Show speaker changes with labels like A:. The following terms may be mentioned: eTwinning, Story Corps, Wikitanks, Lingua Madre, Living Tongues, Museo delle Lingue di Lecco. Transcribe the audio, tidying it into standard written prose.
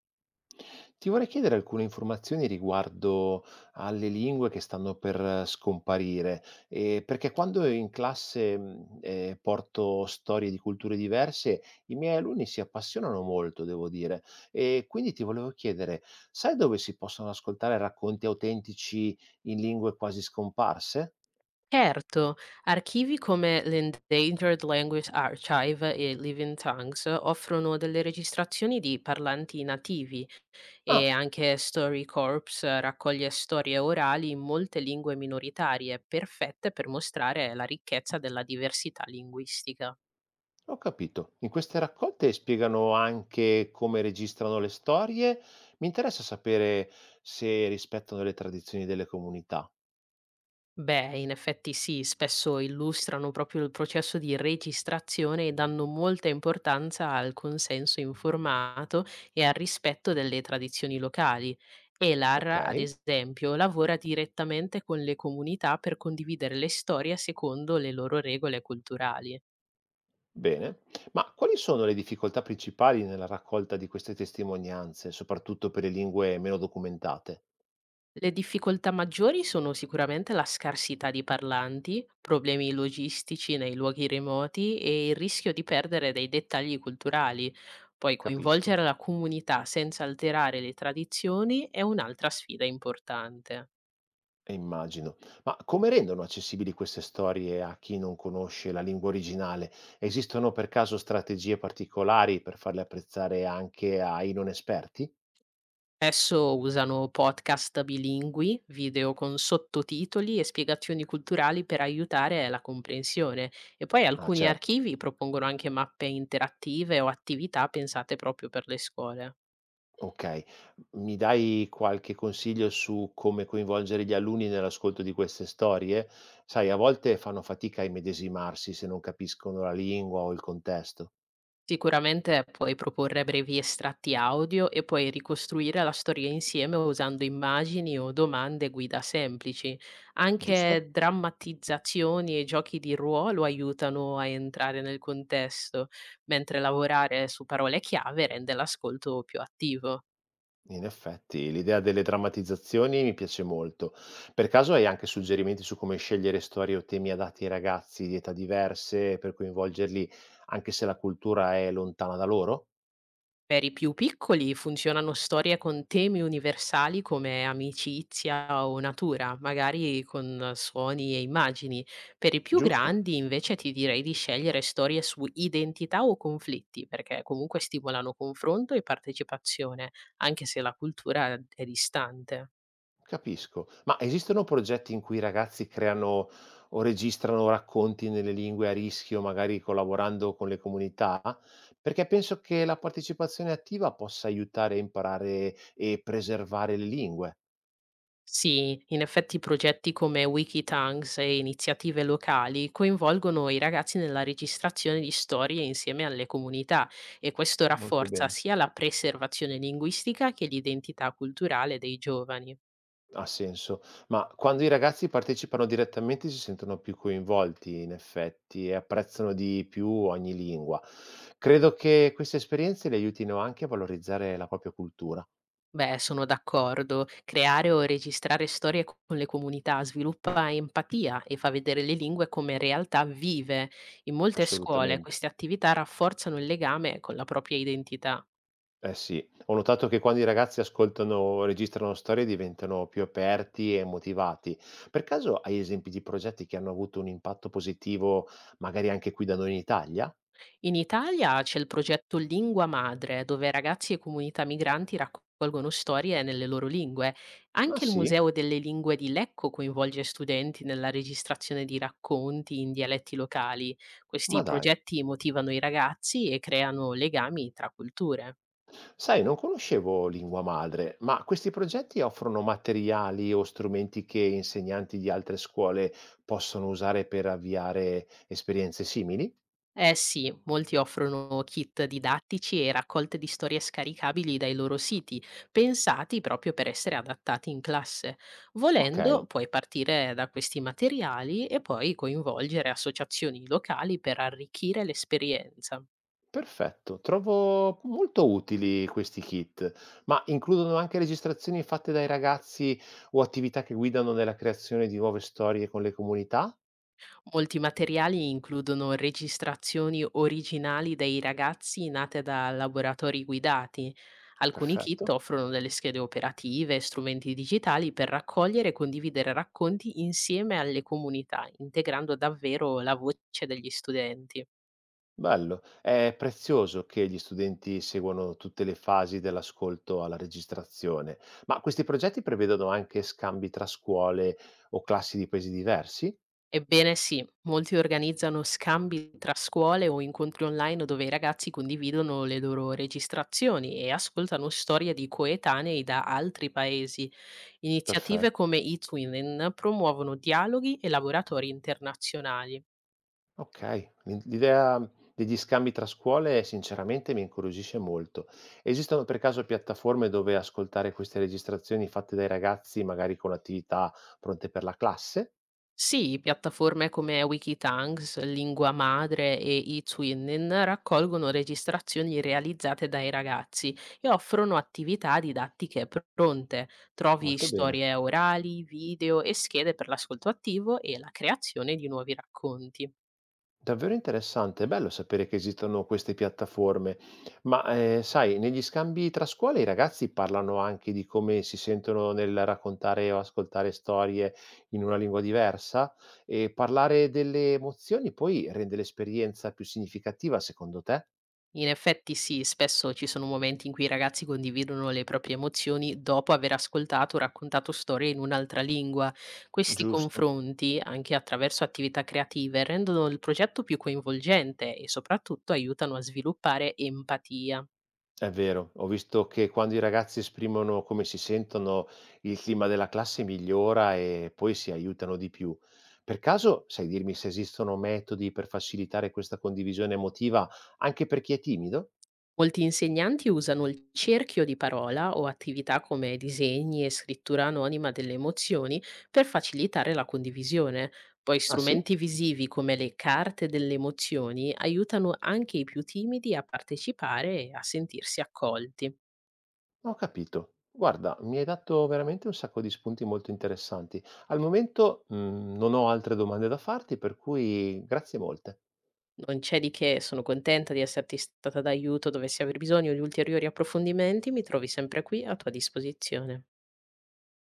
A: Ti vorrei chiedere alcune informazioni riguardo alle lingue che stanno per scomparire, perché quando in classe, porto storie di culture diverse, i miei alunni si appassionano molto, devo dire. E quindi ti volevo chiedere: sai dove si possono ascoltare racconti autentici in lingue quasi scomparse?
B: Certo, archivi come l'Endangered Language Archive e Living Tongues offrono delle registrazioni di parlanti nativi e
A: Ah.
B: anche Story Corps raccoglie storie orali in molte lingue minoritarie, perfette per mostrare la ricchezza della diversità linguistica.
A: Ho capito. In queste raccolte spiegano anche come registrano le storie. Mi interessa sapere se rispettano le tradizioni delle comunità.
B: Beh, in effetti sì, spesso illustrano proprio il processo di registrazione e danno molta importanza al consenso informato e al rispetto delle tradizioni locali.
A: Ok,
B: ELAR, ad esempio, lavora direttamente con le comunità per condividere le storie secondo le loro regole culturali.
A: bene. Ma quali sono le difficoltà principali nella raccolta di queste testimonianze, soprattutto per le lingue meno documentate?
B: Le difficoltà maggiori sono sicuramente la scarsità di parlanti, problemi logistici nei luoghi remoti e il rischio di perdere dei dettagli culturali. Poi
A: Capisco
B: coinvolgere la comunità senza alterare le tradizioni è un'altra sfida importante.
A: e immagino. Ma come rendono accessibili queste storie a chi non conosce la lingua originale? Esistono per caso strategie particolari per farle apprezzare anche ai non esperti?
B: Spesso usano podcast bilingui, video con sottotitoli e spiegazioni culturali per aiutare la comprensione, e poi
A: Ah,
B: alcuni
A: certo.
B: archivi propongono anche mappe interattive o attività pensate proprio per le scuole.
A: Okay. Mi dai qualche consiglio su come coinvolgere gli alunni nell'ascolto di queste storie? Sai, a volte fanno fatica a immedesimarsi se non capiscono la lingua o il contesto.
B: Sicuramente puoi proporre brevi estratti audio e puoi ricostruire la storia insieme usando immagini o domande guida semplici.
A: Giusto?
B: Anche drammatizzazioni e giochi di ruolo aiutano a entrare nel contesto, mentre lavorare su parole chiave rende l'ascolto più attivo.
A: In effetti, l'idea delle drammatizzazioni mi piace molto. Per caso hai anche suggerimenti su come scegliere storie o temi adatti ai ragazzi di età diverse per coinvolgerli, anche se la cultura è lontana da loro?
B: Per i più piccoli funzionano storie con temi universali come amicizia o natura, magari con suoni e immagini. Per i più
A: Giusto?
B: grandi invece ti direi di scegliere storie su identità o conflitti, perché comunque stimolano confronto e partecipazione, anche se la cultura è distante.
A: Capisco. Ma esistono progetti in cui i ragazzi creano o registrano racconti nelle lingue a rischio, magari collaborando con le comunità? Perché penso che la partecipazione attiva possa aiutare a imparare e preservare le lingue.
B: Sì, in effetti progetti come Wikitanks e iniziative locali coinvolgono i ragazzi nella registrazione di storie insieme alle comunità, e questo
A: Molto
B: rafforza
A: bene.
B: sia la preservazione linguistica che l'identità culturale dei giovani.
A: Ha senso. Ma quando i ragazzi partecipano direttamente si sentono più coinvolti, in effetti, e apprezzano di più ogni lingua. Credo che queste esperienze li aiutino anche a valorizzare la propria cultura.
B: Beh, sono d'accordo. Creare o registrare storie con le comunità sviluppa empatia e fa vedere le lingue come realtà vive. In molte scuole
A: Assolutamente.
B: queste attività rafforzano il legame con la propria identità.
A: Eh sì, ho notato che quando i ragazzi ascoltano registrano storie diventano più aperti e motivati. Per caso hai esempi di progetti che hanno avuto un impatto positivo, magari anche qui da noi in Italia?
B: In Italia c'è il progetto Lingua Madre, dove ragazzi e comunità migranti raccolgono storie nelle loro lingue.
A: Ah
B: Anche il
A: sì?
B: Museo delle Lingue di Lecco coinvolge studenti nella registrazione di racconti in dialetti locali. Questi
A: Ma dai.
B: progetti motivano i ragazzi e creano legami tra culture.
A: Sai, non conoscevo Lingua Madre, ma questi progetti offrono materiali o strumenti che insegnanti di altre scuole possono usare per avviare esperienze simili?
B: Eh sì, molti offrono kit didattici e raccolte di storie scaricabili dai loro siti, pensati proprio per essere adattati in classe.
A: Ok.
B: Volendo, puoi partire da questi materiali e poi coinvolgere associazioni locali per arricchire l'esperienza.
A: Perfetto, trovo molto utili questi kit, ma includono anche registrazioni fatte dai ragazzi o attività che guidano nella creazione di nuove storie con le comunità?
B: Molti materiali includono registrazioni originali dei ragazzi, nate da laboratori guidati. Alcuni kit
A: Perfetto,
B: offrono delle schede operative e strumenti digitali per raccogliere e condividere racconti insieme alle comunità, integrando davvero la voce degli studenti.
A: bello. È prezioso che gli studenti seguano tutte le fasi dall'ascolto alla registrazione, ma questi progetti prevedono anche scambi tra scuole o classi di paesi diversi?
B: Ebbene sì, molti organizzano scambi tra scuole o incontri online, dove i ragazzi condividono le loro registrazioni e ascoltano storie di coetanei da altri paesi. Iniziative
A: Perfetto.
B: come eTwinning promuovono dialoghi e laboratori internazionali.
A: Okay, l'idea degli scambi tra scuole sinceramente mi incuriosisce molto. Esistono per caso piattaforme dove ascoltare queste registrazioni fatte dai ragazzi, magari con attività pronte per la classe?
B: Sì, piattaforme come Wikitanks, Lingua Madre e eTwinning raccolgono registrazioni realizzate dai ragazzi e offrono attività didattiche pronte. Trovi
A: Molto bene.
B: storie orali, video e schede per l'ascolto attivo e la creazione di nuovi racconti.
A: Davvero interessante, è bello sapere che esistono queste piattaforme, ma sai, negli scambi tra scuole i ragazzi parlano anche di come si sentono nel raccontare o ascoltare storie in una lingua diversa e parlare delle emozioni poi rende l'esperienza più significativa, secondo te?
B: In effetti sì, spesso ci sono momenti in cui i ragazzi condividono le proprie emozioni dopo aver ascoltato o raccontato storie in un'altra lingua. Questi
A: Giusto.
B: confronti, anche attraverso attività creative, rendono il progetto più coinvolgente e soprattutto aiutano a sviluppare empatia.
A: È vero, ho visto che quando i ragazzi esprimono come si sentono, il clima della classe migliora e poi si aiutano di più. Per caso sai dirmi se esistono metodi per facilitare questa condivisione emotiva anche per chi è timido?
B: Molti insegnanti usano il cerchio di parola o attività come disegni e scrittura anonima delle emozioni per facilitare la condivisione. Poi
A: Ah sì?
B: strumenti visivi come le carte delle emozioni aiutano anche i più timidi a partecipare e a sentirsi accolti.
A: Ho capito. Guarda, mi hai dato veramente un sacco di spunti molto interessanti. Al momento, non ho altre domande da farti, per cui grazie molte.
B: Non c'è di che, sono contenta di esserti stata d'aiuto. Dovessi aver bisogno di ulteriori approfondimenti, mi trovi sempre qui a tua disposizione.